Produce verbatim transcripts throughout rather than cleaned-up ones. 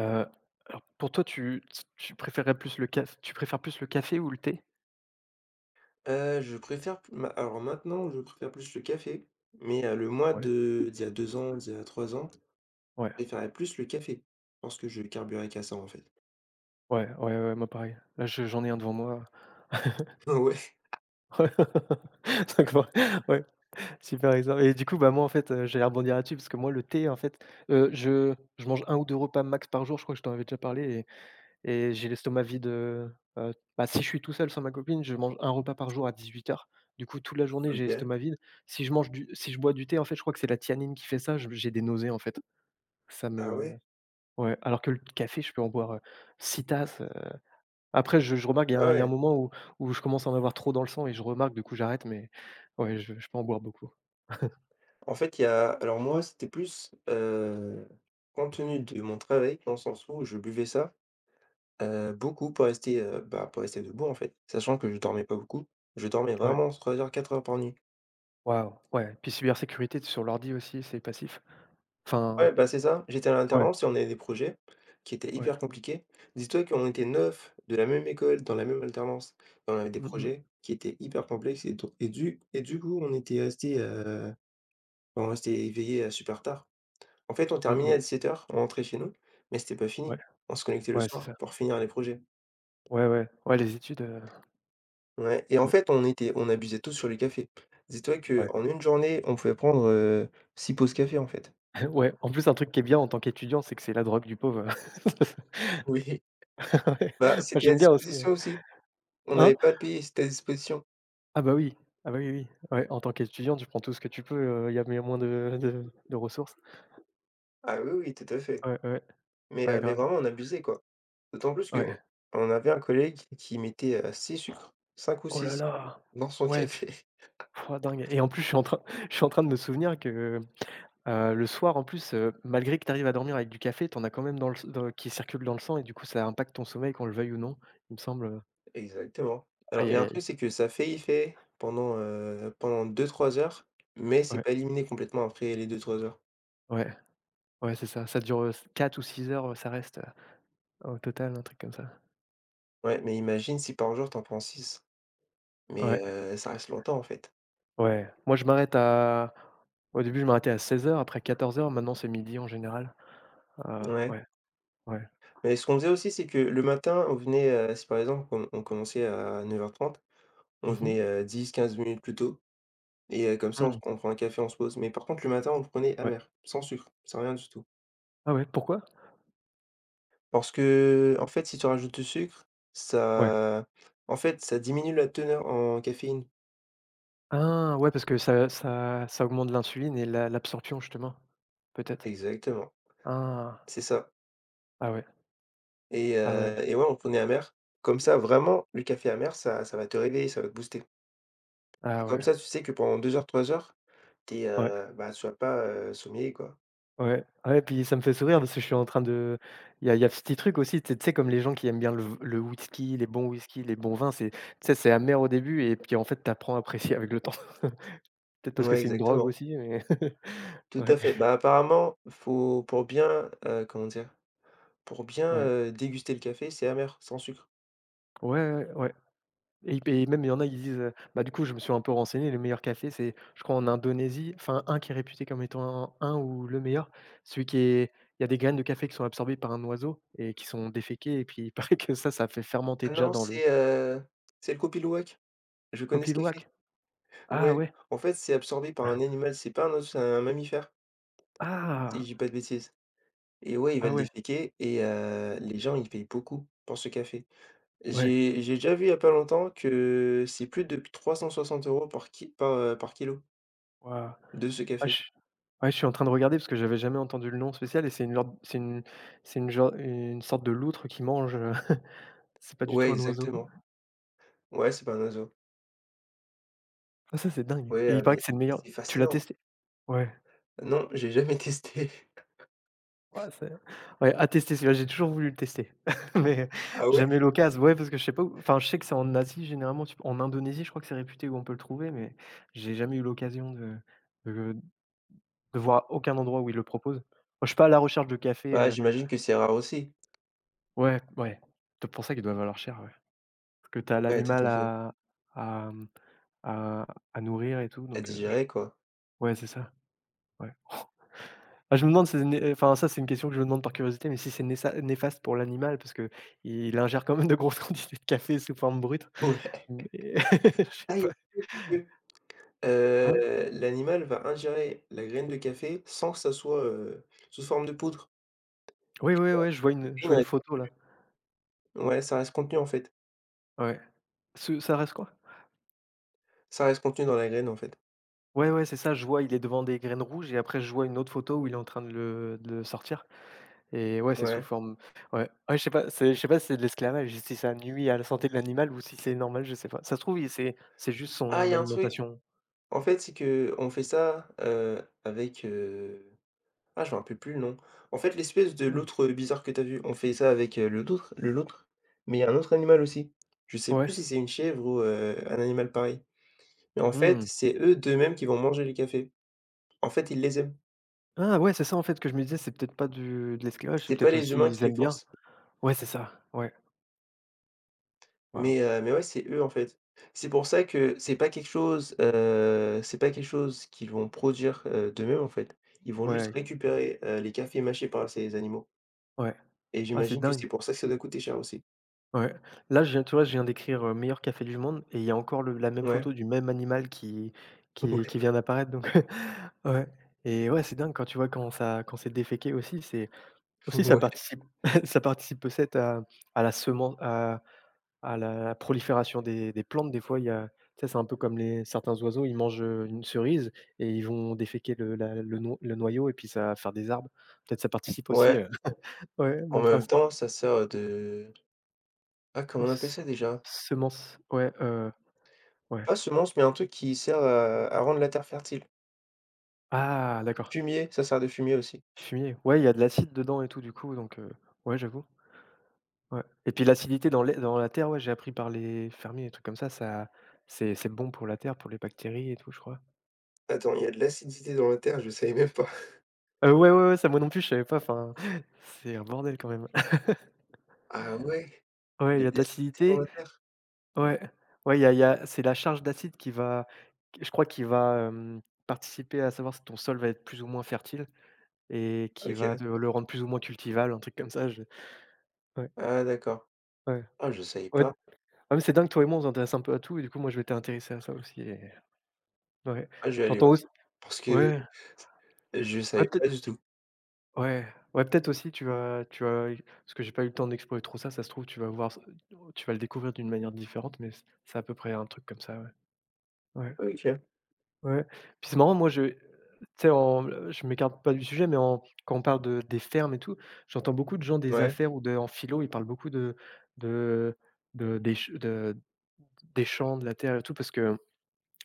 Heu, alors pour toi, tu tu préférerais plus le café, tu préfères plus le café ou le thé? Heu, je préfère p ma alors maintenant, je préfère plus le café, mais heu, le mois Ouais, de d'il y a deux ans, d'il y a trois ans, je ouais, préférais plus le café. Je pense que je carburais qu'à ça, en fait. ouais, ouais, ouais, moi pareil. Là, je j'en ai un devant moi. Ouais, D'accord, ouais, ouais, super exemple et du coup, bah, moi, en fait, heu, j'allais rebondir là-dessus parce que moi, le thé, en fait, heu, je je mange un ou deux repas max par jour. Je crois que je t'en avais déjà parlé et et j'ai l'estomac vide, heu heu, bah, si je suis tout seul sans ma copine, je mange un repas par jour à dix-huit heures. Du coup, toute la journée, j'ai OK. l'estomac vide. Si je mange du si je bois du thé, en fait, je crois que c'est la tianine qui fait ça, je j'ai des nausées, en fait. Ça Ah me. ouais? Ouais, alors que le café, je peux en boire, heu, six tasses, heu, après je je remarque il y a Ah un il y a un ouais. moment où où je commence à en avoir trop dans le sang et je remarque, du coup j'arrête, mais ouais, je je peux en boire beaucoup. En fait, il y a alors moi, c'était plus, heu, compte tenu de mon travail, dans le sens où je buvais ça, heu, beaucoup pour rester, heu, bah, pour rester debout, en fait. Sachant que je dormais pas beaucoup, je dormais Ouais, vraiment trois heures, quatre heures par nuit. waouh, ouais, puis cybersécurité sur l'ordi aussi, c'est passif. Ouais, Enfin, bah, c'est ça. J'étais à ouais, l'alternance et on avait des projets qui étaient ouais. hyper compliqués. Dis-toi qu'on était neuf de la même école, dans la même alternance et on avait des Mmh mh. projets qui étaient hyper complexes et do et du et du coup, on était restés, heu, on restait éveillés à super tard. En fait, on Mmh terminait à mh. dix-sept heures, on rentrait chez nous, mais c'était pas fini. Ouais, On se connectait le ouais, c'est soir ça. pour finir les projets. Ouais, ouais, ouais, les études, heu, Ouais et en ouais, fait, on était on abusait tous sur le café. Dis-toi ouais, qu'en une journée, on pouvait prendre, heu, six pauses café, en fait. ouais, en plus un truc qui est bien en tant qu'étudiant, c'est que c'est la drogue du pauvre. Oui, Ouais, bah, moi c'était à j'aime bien aussi, ouais. disposition aussi. On Hein? n'avait pas à le payer, c'était à disposition. Ah bah oui, ah bah oui, oui. Oui. Ouais, en tant qu'étudiant, tu prends tout ce que tu peux, il y a mais moins de de de ressources. Ah oui, oui, tout à fait. Ouais, ouais, Mais, ouais, heu, mais grave. vraiment on abusait quoi. D'autant plus qu'on Ouais. on avait un collègue qui mettait, heu, six sucres, cinq ou Oh là six là! dans son Ouais, puis café. pouah, dingue et en plus, je suis en train je suis en train de me souvenir que, heu, le soir, en plus, heu, malgré que tu arrives à dormir avec du café, t'en as quand même dans le s dans qui circule dans le sang et du coup, ça impacte ton sommeil qu'on le veuille ou non, il me semble. Exactement. Alors il Aïe, y a aïe, un aïe. truc, c'est que ça fait effet pendant, heu, pendant deux trois heures, mais c'est Ouais, pas éliminé complètement après les deux trois heures. ouais, ouais, c'est ça. Ça dure, quatre ou six heures, ça reste, heu, au total, un truc comme ça. Ouais, mais imagine si par jour t'en prends six mais, Ouais. heu, ça reste longtemps en fait. Ouais, moi je m'arrête à Au début, je m'arrêtais à seize heures, après quatorze heures, maintenant c'est midi en général. Heu, Ouais. ouais, ouais. Mais ce qu'on faisait aussi, c'est que le matin on venait, heu, si par exemple on on commençait à neuf heures trente on Mmh mh. venait, dix quinze minutes plus tôt. Et heu, comme ça, on se Mmh. prend on prend un café, on se pose. Mais par contre, le matin, on le prenait Ouais. amer, sans sucre, sans rien du tout. Ah ouais, pourquoi? Parce que, en fait, si tu rajoutes du sucre, Ouais. ça en fait, ça diminue la teneur en caféine. Ah ouais, parce que ça ça ça augmente l'insuline et la l'absorption justement, peut-être? Exactement, Ah. c'est ça. Ah ouais, Et ah ouais, heu et ouais, on prenait amer. Comme ça, vraiment, le café amer, ça ça va te réveiller, ça va te booster. Et ah comme ouais, ça, tu sais que pendant deux heures, trois heures, t'es, ouais, es, bah, tu vas pas, heu, sommeiller, quoi. ouais, ouais, puis ça me fait sourire parce que je suis en train de il y a il y a ce petit truc aussi, tu sais tu sais comme les gens qui aiment bien le v le whisky, les bons whisky, les bons vins, c'est tu sais, c'est amer au début et puis en fait, tu apprends à apprécier avec le temps. Peut-être parce que Ouais, c'est une drogue exactement. aussi, mais Tout Ouais, à fait. Bah, apparemment, faut pour bien, heu, comment dire? Pour bien, ouais, heu, déguster le café, c'est amer, sans sucre. ouais, ouais, ouais et p et même il y en a, ils disent, heu, bah, du coup, je me suis un peu renseigné, le meilleur café, c'est je crois en Indonésie, enfin, un qui est réputé comme étant un un ou le meilleur, celui qui est il y a des graines de café qui sont absorbées par un oiseau et qui sont déféquées et puis il paraît que ça, ça fait fermenter Ah déjà non, dans le. c'est, heu, c'est le Kopi Luwak. Je connais ce Kopi café. Luwak? Ah Ouais, ouais? en fait, c'est absorbé par un animal, c'est pas un os, c'est un mammifère, si je Ah! dis pas de bêtises et ouais, il va Ah le ouais, déféquer et heu, les gens, ils payent beaucoup pour ce café. ouais, J'ai j'ai déjà vu il y a pas longtemps que c'est plus de trois cent soixante euros € par ki par, heu, par kilo waouh. de ce Ah, café. je ouais, je suis en train de regarder parce que j'avais jamais entendu le nom spécial et c'est une genre c'est une c'est une genre une sorte de loutre qui mange, heu, c'est pas du Ouais, tout un oiseau. exactement. Ouais, c'est pas un oiseau. Ah ça, c'est dingue Ouais, et heu, il paraît mais que c'est le meilleur. c'est Tu l'as fascinant. testé? Ouais. Non, j'ai jamais testé. Ouais, c'est ouais, à tester celui-là, j'ai toujours voulu le tester, mais Ah ouais? jamais l'occasion. Ouais, parce que je sais pas où enfin, je sais que c'est en Asie généralement, tu en Indonésie, je crois que c'est réputé où on peut le trouver, mais j'ai jamais eu l'occasion de de de voir aucun endroit où ils le proposent. Moi, je suis pas à la recherche de café, Bah, heu. j'imagine que c'est rare aussi. Ouais, ouais, c'est pour ça qu'il doit valoir cher, ouais, parce que t'as Ouais, tout l'animal à fait. à à, mmh, à à nourrir et tout, À donc heu, j digérer, quoi. ouais, c'est ça, ouais. Ah, je me demande si c'est né enfin, ça, c'est une question que je me demande par curiosité, mais si c'est nésa néfaste pour l'animal parce que il ingère quand même de grosses quantités de café sous forme brute, Ouais. mais je sais Ah, il y pas. a Hein? heu, l'animal va ingérer la graine de café sans que ça soit, heu, sous forme de poudre. Oui, oui, Et la ouais, je vois une je caféine vois une reste- photo là. Ouais, ça reste contenu, en fait. Ouais. Ce ça reste quoi? Ça reste contenu dans la graine, en fait. Ouais, ouais, c'est ça, je vois, il est devant des graines rouges et après je vois une autre photo où il est en train de le de le sortir et ouais, c'est sous Ouais. forme ouais. Ouais, je sais pas, c'est je sais pas si c'est de l'esclavage, si ça nuit à la santé de l'animal ou si c'est normal, je sais pas. Ça se trouve, il c'est c'est juste Ah, il son y a un truc, alimentation. en fait, c'est que on fait ça, heu, avec, heu, ah, je me rappelle plus le nom. En fait, l'espèce de Mmh. l'autre bizarre que t'as vu, on fait ça avec, heu, le d'autre le l'autre, mais il y a un autre animal aussi. Je sais Ouais. plus si c'est une chèvre ou, heu, un animal pareil. Mais en fait, Mmh. c'est eux d'eux-mêmes qui vont manger les cafés. En fait, ils les aiment. Ah ouais, c'est ça, en fait, que je me disais, c'est peut-être pas du de l'esclavage, c'est C'est pas peut-être les aussi humains ils qui les aiment bien. forcent. Ouais, c'est ça, ouais, waouh, Mais heu, mais ouais, c'est eux, en fait. C'est pour ça que c'est pas quelque chose, heu, c'est pas quelque chose qu'ils vont produire, heu, d'eux-mêmes, en fait. Ils vont juste ouais, récupérer, heu, les cafés mâchés par ces animaux ouais. et Ah, c'est j'imagine que c'est dingue, pour ça que ça doit coûter cher aussi. ouais. Là, je viens tu vois, je viens d'écrire, heu, meilleur café du monde et il y a encore le la même Ouais, photo du même animal qui qui ouais, qui vient d'apparaître donc ouais et ouais, c'est dingue quand tu vois quand ça quand c'est déféqué aussi, c'est aussi ça ouais, participe ça participe peut-être à à la semence à À la prolifération des des plantes, des fois, il y a tu sais, c'est un peu comme les certains oiseaux, ils mangent, heu, une cerise et ils vont déféquer le la le no le noyau et puis ça va faire des arbres. Peut-être ça participe aussi, ouais. heu. Ouais, En même même principe. temps, ça sert de, ah, comment Aux on appelle s ça déjà? semences, ouais, heu, ouais. Pas semence, mais un truc qui sert à à rendre la terre fertile. Ah d'accord, Fumier, ça sert de fumier aussi. fumier. Ouais, il y a de l'acide dedans et tout du coup donc heu, ouais, j'avoue, ouais et puis l'acidité dans l'ai dans la terre, ouais, j'ai appris par les fermiers, des trucs comme ça, ça c'est c'est bon pour la terre, pour les bactéries et tout, je crois. Attends, il y a de l'acidité dans la terre, je savais même pas. Heu, ouais, ouais, ouais, ça moi non plus, je savais pas, enfin, c'est un bordel quand même, hein. Ah ouais? Ouais, De il y a de l'acidité dans l'acidité. la terre? Ouais, ouais, il y a il y a c'est la charge d'acide qui va je crois qui va, hem, participer à savoir si ton sol va être plus ou moins fertile et qui va OK. te le rendre plus ou moins cultivable, un truc comme ça, je ouais, Ah d'accord. ouais, Ah, je savais ouais. pas. Ah mais c'est dingue, toi et moi, on s'intéresse un peu à tout et du coup, moi, je m'étais intéressé à ça aussi et ouais. Ah, je vais aller voir J'entends aussi parce que ouais, je ouais, savais peut-être pas du tout. ouais, ouais, peut-être aussi tu vas tu vas parce que j'ai pas eu le temps d'explorer trop ça, ça se trouve, tu vas voir tu vas le découvrir d'une manière différente mais c'est c'est à peu près un truc comme ça, ouais. Ouais. OK. Ouais. Puis c'est marrant, moi, je tu sais, en le je m'écarte pas du sujet, mais en quand on parle de des fermes et tout, j'entends beaucoup de gens des Ouais. affaires ou de en philo, ils parlent beaucoup de de de des ch de des champs, de la terre et tout, parce qu'il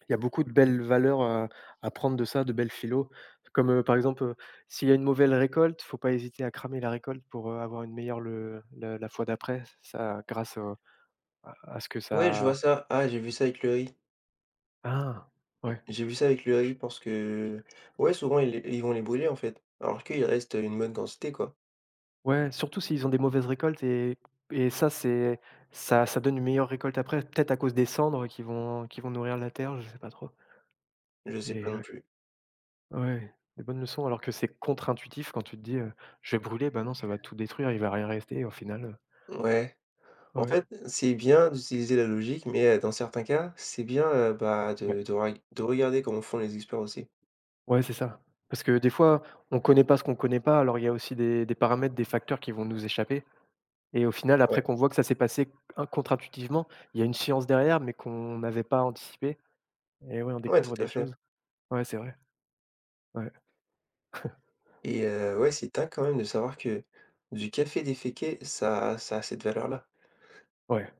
y a beaucoup de belles valeurs à à prendre de ça, de belles philo. Comme, heu, par exemple, heu, s'il y a une mauvaise récolte, faut pas hésiter à cramer la récolte pour, heu, avoir une meilleure le le la fois d'après. Ça grâce au à ce que Ouais, je vois ça ça. Ah, j'ai vu ça avec le riz. ah! Ouais. J'ai vu ça avec le riz parce que ouais, souvent ils les ils vont les brûler en fait, alors qu'il reste une bonne quantité quoi. Ouais, surtout s'ils ont des mauvaises récoltes et et ça c'est ça ça donne une meilleure récolte après, peut-être à cause des cendres qui vont qui vont nourrir la terre, je sais pas trop Je sais pas et non ouais, plus. ouais, des bonnes leçons alors que c'est contre-intuitif quand tu te dis, heu: «Je vais brûler», bah non, ça va tout détruire, il va rien rester au final, heu, Ouais. En ouais, fait, c'est bien d'utiliser la logique, mais heu, dans certains cas, c'est bien, heu, bah, ouais, de de reg de regarder comment font les experts aussi. ouais, c'est ça. Parce que des fois, on connaît pas ce qu'on connaît pas, alors il y a aussi des des paramètres, des facteurs qui vont nous échapper et au final après Ouais, qu'on voit que ça s'est passé in contre-intuitivement, il y a une science derrière mais qu'on n'avait pas anticipé et ouais, on ouais, tout découvre à des fait. choses. Ouais, c'est vrai. Ouais, Et heu, ouais, c'est dingue quand même de savoir que du café déféqué, ça ça a cette valeur-là. ouais,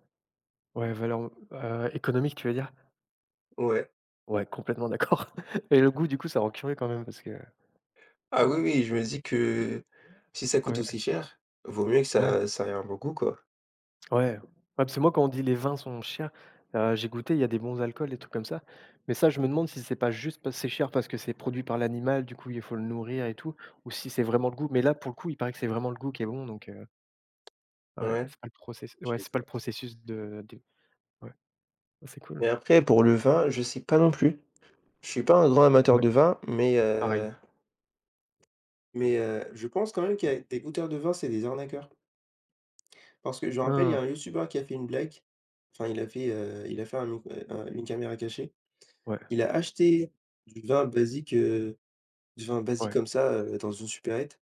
ouais, valeur, heu, économique, tu veux dire? Ouais. Ouais, complètement d'accord et le goût, du coup, ça rend curieux quand même parce que, heu, Ah oui, ouais, oui, je me dis que si ça coûte ouais, aussi cher, vaut mieux que ouais, ça ça ait un bon goût, quoi. ouais, parce que moi, quand on dit les vins sont chers, heu, j'ai goûté, il y a des bons alcools, des trucs comme ça, mais ça, je me demande si c'est pas juste parce c'est cher parce que c'est produit par l'animal, du coup, il faut le nourrir et tout ou si c'est vraiment le goût, mais là, pour le coup, il paraît que c'est vraiment le goût qui est bon donc heu, ouais, Ouais, c'est pas le process ouais, j'ai c'est pas fait. le processus de de ouais, c'est cool. Mais après pour le vin, je sais pas non plus. Je suis pas un grand amateur Ouais, de vin, mais pareil. heu mais heu, je pense quand même qu'il y a des goûteurs de vin, c'est des arnaqueurs. Parce que je me rappelle, il y Ah, a un youtubeur qui a fait une blague. Enfin, il a fait, heu, il a fait un mic heu, un une caméra cachée. ouais, Il a acheté du vin basique, Du vin basique ouais, comme ça, heu, dans une supérette,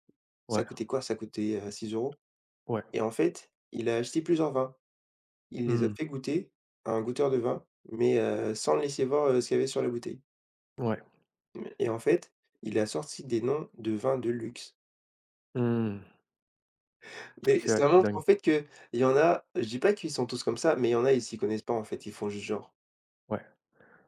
ouais, ça coûtait quoi? Ça coûtait, heu, six euros ouais, € et en fait, il a acheté plusieurs vins. Il les a mmh, fait goûter à un goûteur de vin, mais, heu, sans laisser voir, heu, ce qu'il y avait sur la bouteille ouais, et en fait, il a sorti des noms de vins de luxe. mmh. Mais C'est vrai, ça c'est montre en dingue. fait qu'il y en a je dis pas qu'ils sont tous comme ça, mais il y en a, ils s'y connaissent pas en fait, ils font juste genre. Ouais,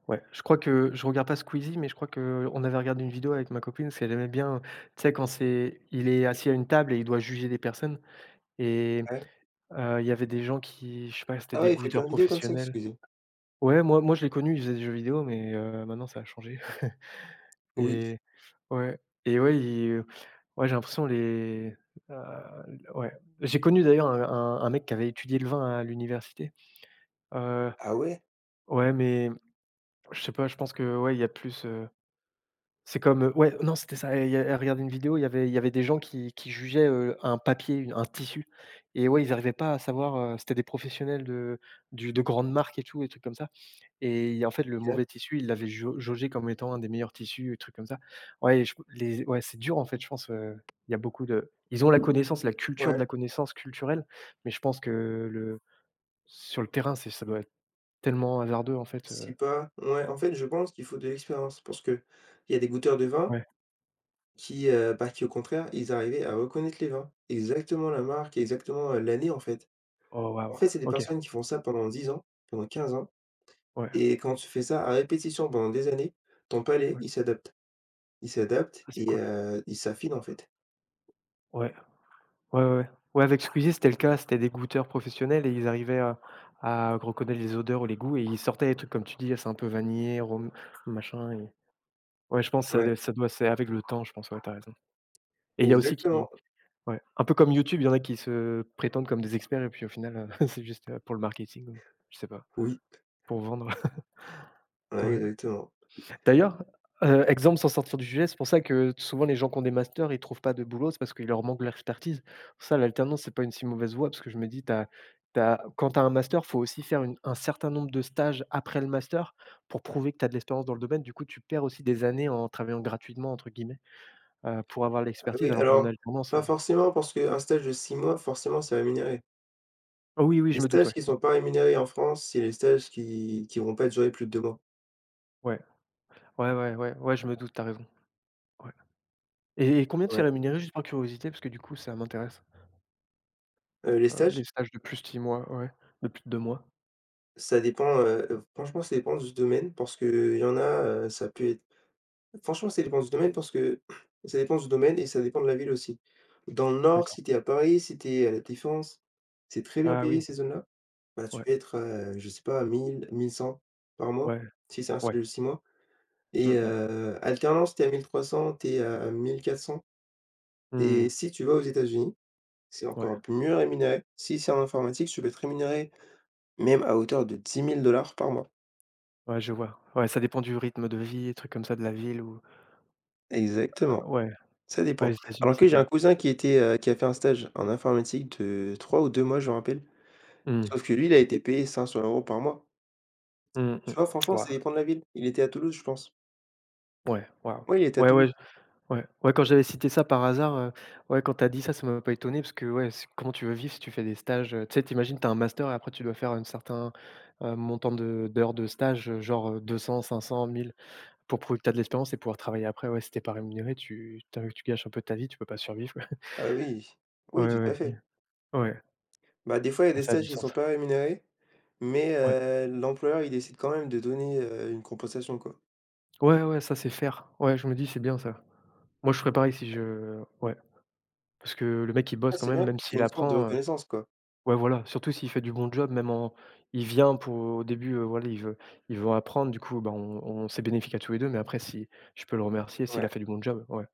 ouais. Je crois que je regarde pas Squeezie, mais je crois que on avait regardé une vidéo avec ma copine, parce qu'elle aimait bien, tu sais, quand c'est il est assis à une table et il doit juger des personnes et Ouais. heu, il y avait des gens qui, je sais pas, c'était Ah des ouais, il fait plein goûteurs de vidéos comme ça, professionnels. excusez. Ouais, moi moi je l'ai connu, il faisait des jeux vidéo, mais heu, maintenant ça a changé Oui. et ouais et ouais, il ouais, j'ai l'impression les, heu, ouais. J'ai connu d'ailleurs un un un mec qui avait étudié le vin à l'université, heu, Ah ouais? ouais, mais je sais pas, je pense que, ouais, il y a plus, c'est comme, heu, ouais, non, c'était ça. Elle elle regardait une vidéo, il y avait il y avait des gens qui qui jugeaient, heu, un papier, une- un tissu et ouais, ils arrivaient pas à savoir, heu, c'était des professionnels de du de grandes marques et tout, et trucs comme ça et en fait, le OK. mauvais tissu, ils l'avaient jau jaugé comme étant un des meilleurs tissus et trucs comme ça. Ouais, je les ouais, c'est dur en fait, je pense, heu, il y a beaucoup de ils ont la connaissance, la culture de Ouais. la connaissance culturelle, mais je pense que le sur le terrain, c'est ça doit être tellement hasardeux en fait, C'est heu, pas ouais, en fait, je pense qu'il faut de l'expérience parce qu'il y a des goûteurs de vin ouais. qui, heu, bah, qui au contraire, ils arrivaient à reconnaître les vins. Exactement la marque, exactement, heu, l'année en fait. Oh En waouh! fait, c'est des OK, personnes qui font ça pendant dix ans, pendant quinze ans ouais, et quand tu fais ça à répétition pendant des années, ton palais, ouais, il s'adapte. Il s'adapte ça c'est et cool. heu, il s'affine en fait. Ouais. Ouais, ouais, ouais. Ouais, avec Squeezie, c'était le cas, c'était des goûteurs professionnels et ils arrivaient à à reconnaître les odeurs ou les goûts et ils sortaient des trucs comme tu dis, c'est un peu vanillé, rhum, machin et ouais, je pense que ça Ouais, d ça doit c'est avec le temps, je pense, ouais, t'as raison et il y a aussi qui exactement. ouais, un peu comme YouTube, il y en a qui se prétendent comme des experts et puis au final, heu, c'est juste, heu, pour le marketing, ou je sais pas, Oui, pour vendre. ouais, Ouais. exactement. D'ailleurs, heu, exemple sans sortir du sujet, c'est pour ça que souvent les gens qui ont des masters, ils trouvent pas de boulot, c'est parce qu'il leur manque l'expertise. Ça, l'alternance, c'est pas une si mauvaise voie parce que je me dis, tu as quand tu as un master, faut aussi faire une un certain nombre de stages après le master pour prouver que tu as de l'expérience dans le domaine. Du coup, tu perds aussi des années en «travaillant gratuitement» entre guillemets, heu, pour avoir Ah l'expertise oui, alors qu'en alors, alternance, pas heu forcément parce qu'un stage de six mois, forcément, c'est rémunéré. oui, oui, Les je me doute, stages ouais. qui sont pas rémunérés en France, c'est les stages qui qui vont pas durer plus de deux mois. Ouais, ouais, ouais, ouais, ouais, ouais, je me doute, t'as raison. Ouais et et combien tu Ouais. es rémunéré, juste par curiosité? Parce que du coup, ça m'intéresse, Heu, les heu, stages, les stages de plus de six mois, ouais, de plus de deux mois. ça dépend, heu, franchement ça dépend du domaine parce que y en a, heu, ça peut être franchement ça dépend du domaine parce que ça dépend du domaine et ça dépend de la ville aussi. Dans le nord, si D'accord. t'es à Paris, si t'es à La Défense, c'est très bien Ah payé oui, ces zones-là. Bah, tu ouais, peux être, heu, je sais pas à mille mille cent par mois, ouais, si c'est un ouais. stage de six mois et Mmh mh. heu, alternance, t'es à mille trois cents, t'es à mille quatre cents. Et Mmh. si tu vas aux États-Unis, c'est Ouais, encore mieux rémunéré. Si c'est en informatique, tu peux être rémunéré même à hauteur de dix mille dollars par mois. ouais, je vois. Ouais, ça dépend du rythme de vie, des trucs comme ça, de la ville ou Exactement, heu, ouais, ça ouais, dépend. les États-Unis, Alors c'est que j'ai bien. un cousin qui était, heu, qui a fait un stage en informatique de trois ou deux mois, je me rappelle. Mmh. Sauf que lui, il a été payé cinq cents euros par mois. Mmh Tu mh. vois, franchement, ça Waouh, dépend de la ville. Il était à Toulouse, je pense. ouais, waouh. Oui, il était à Ouais, Toulouse. ouais, ouais, ouais, quand j'avais cité ça par hasard, heu, ouais, quand t'as dit ça, ça m'a pas étonné parce que, ouais, c comment tu veux vivre si tu fais des stages, heu, tu sais, tu t'as un master et après tu dois faire un certain, heu, montant de d'heures de stage, heu, genre, euh, deux cents, cinq cents, mille, pour prouver que t'as de l'expérience et pouvoir travailler après. Ouais, si tu pas rémunéré, tu tu as tu gâches un peu ta vie, tu peux pas survivre, Ah oui, oui, tout à Ouais, ouais. fait. Ouais, Bah, des fois, il y a ah, des ça a du stages qui sont sens. pas rémunérés, mais Ouais. heu, l'employeur, il décide quand même de donner, heu, une compensation, quoi. Ouais, ouais, ça, c'est faire. Ouais, je me dis: «C'est bien ça». Moi, je ferais pareil si je ouais, parce que le mec, il Ah, bosse quand c'est même, bien, même c'est s'il une sorte de apprend, heu reconnaissance, quoi. ouais, voilà, surtout s'il fait du bon job, même en il vient pour au début, heu, voilà, il veut il veut apprendre, du coup, bah, on on c'est bénéfique à tous les deux. Mais après si je peux le remercier s'il a Ouais, fait du bon job, ouais,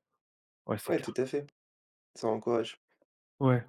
ouais, c'est ouais, tout clair. à fait. Ça encourage. Ouais.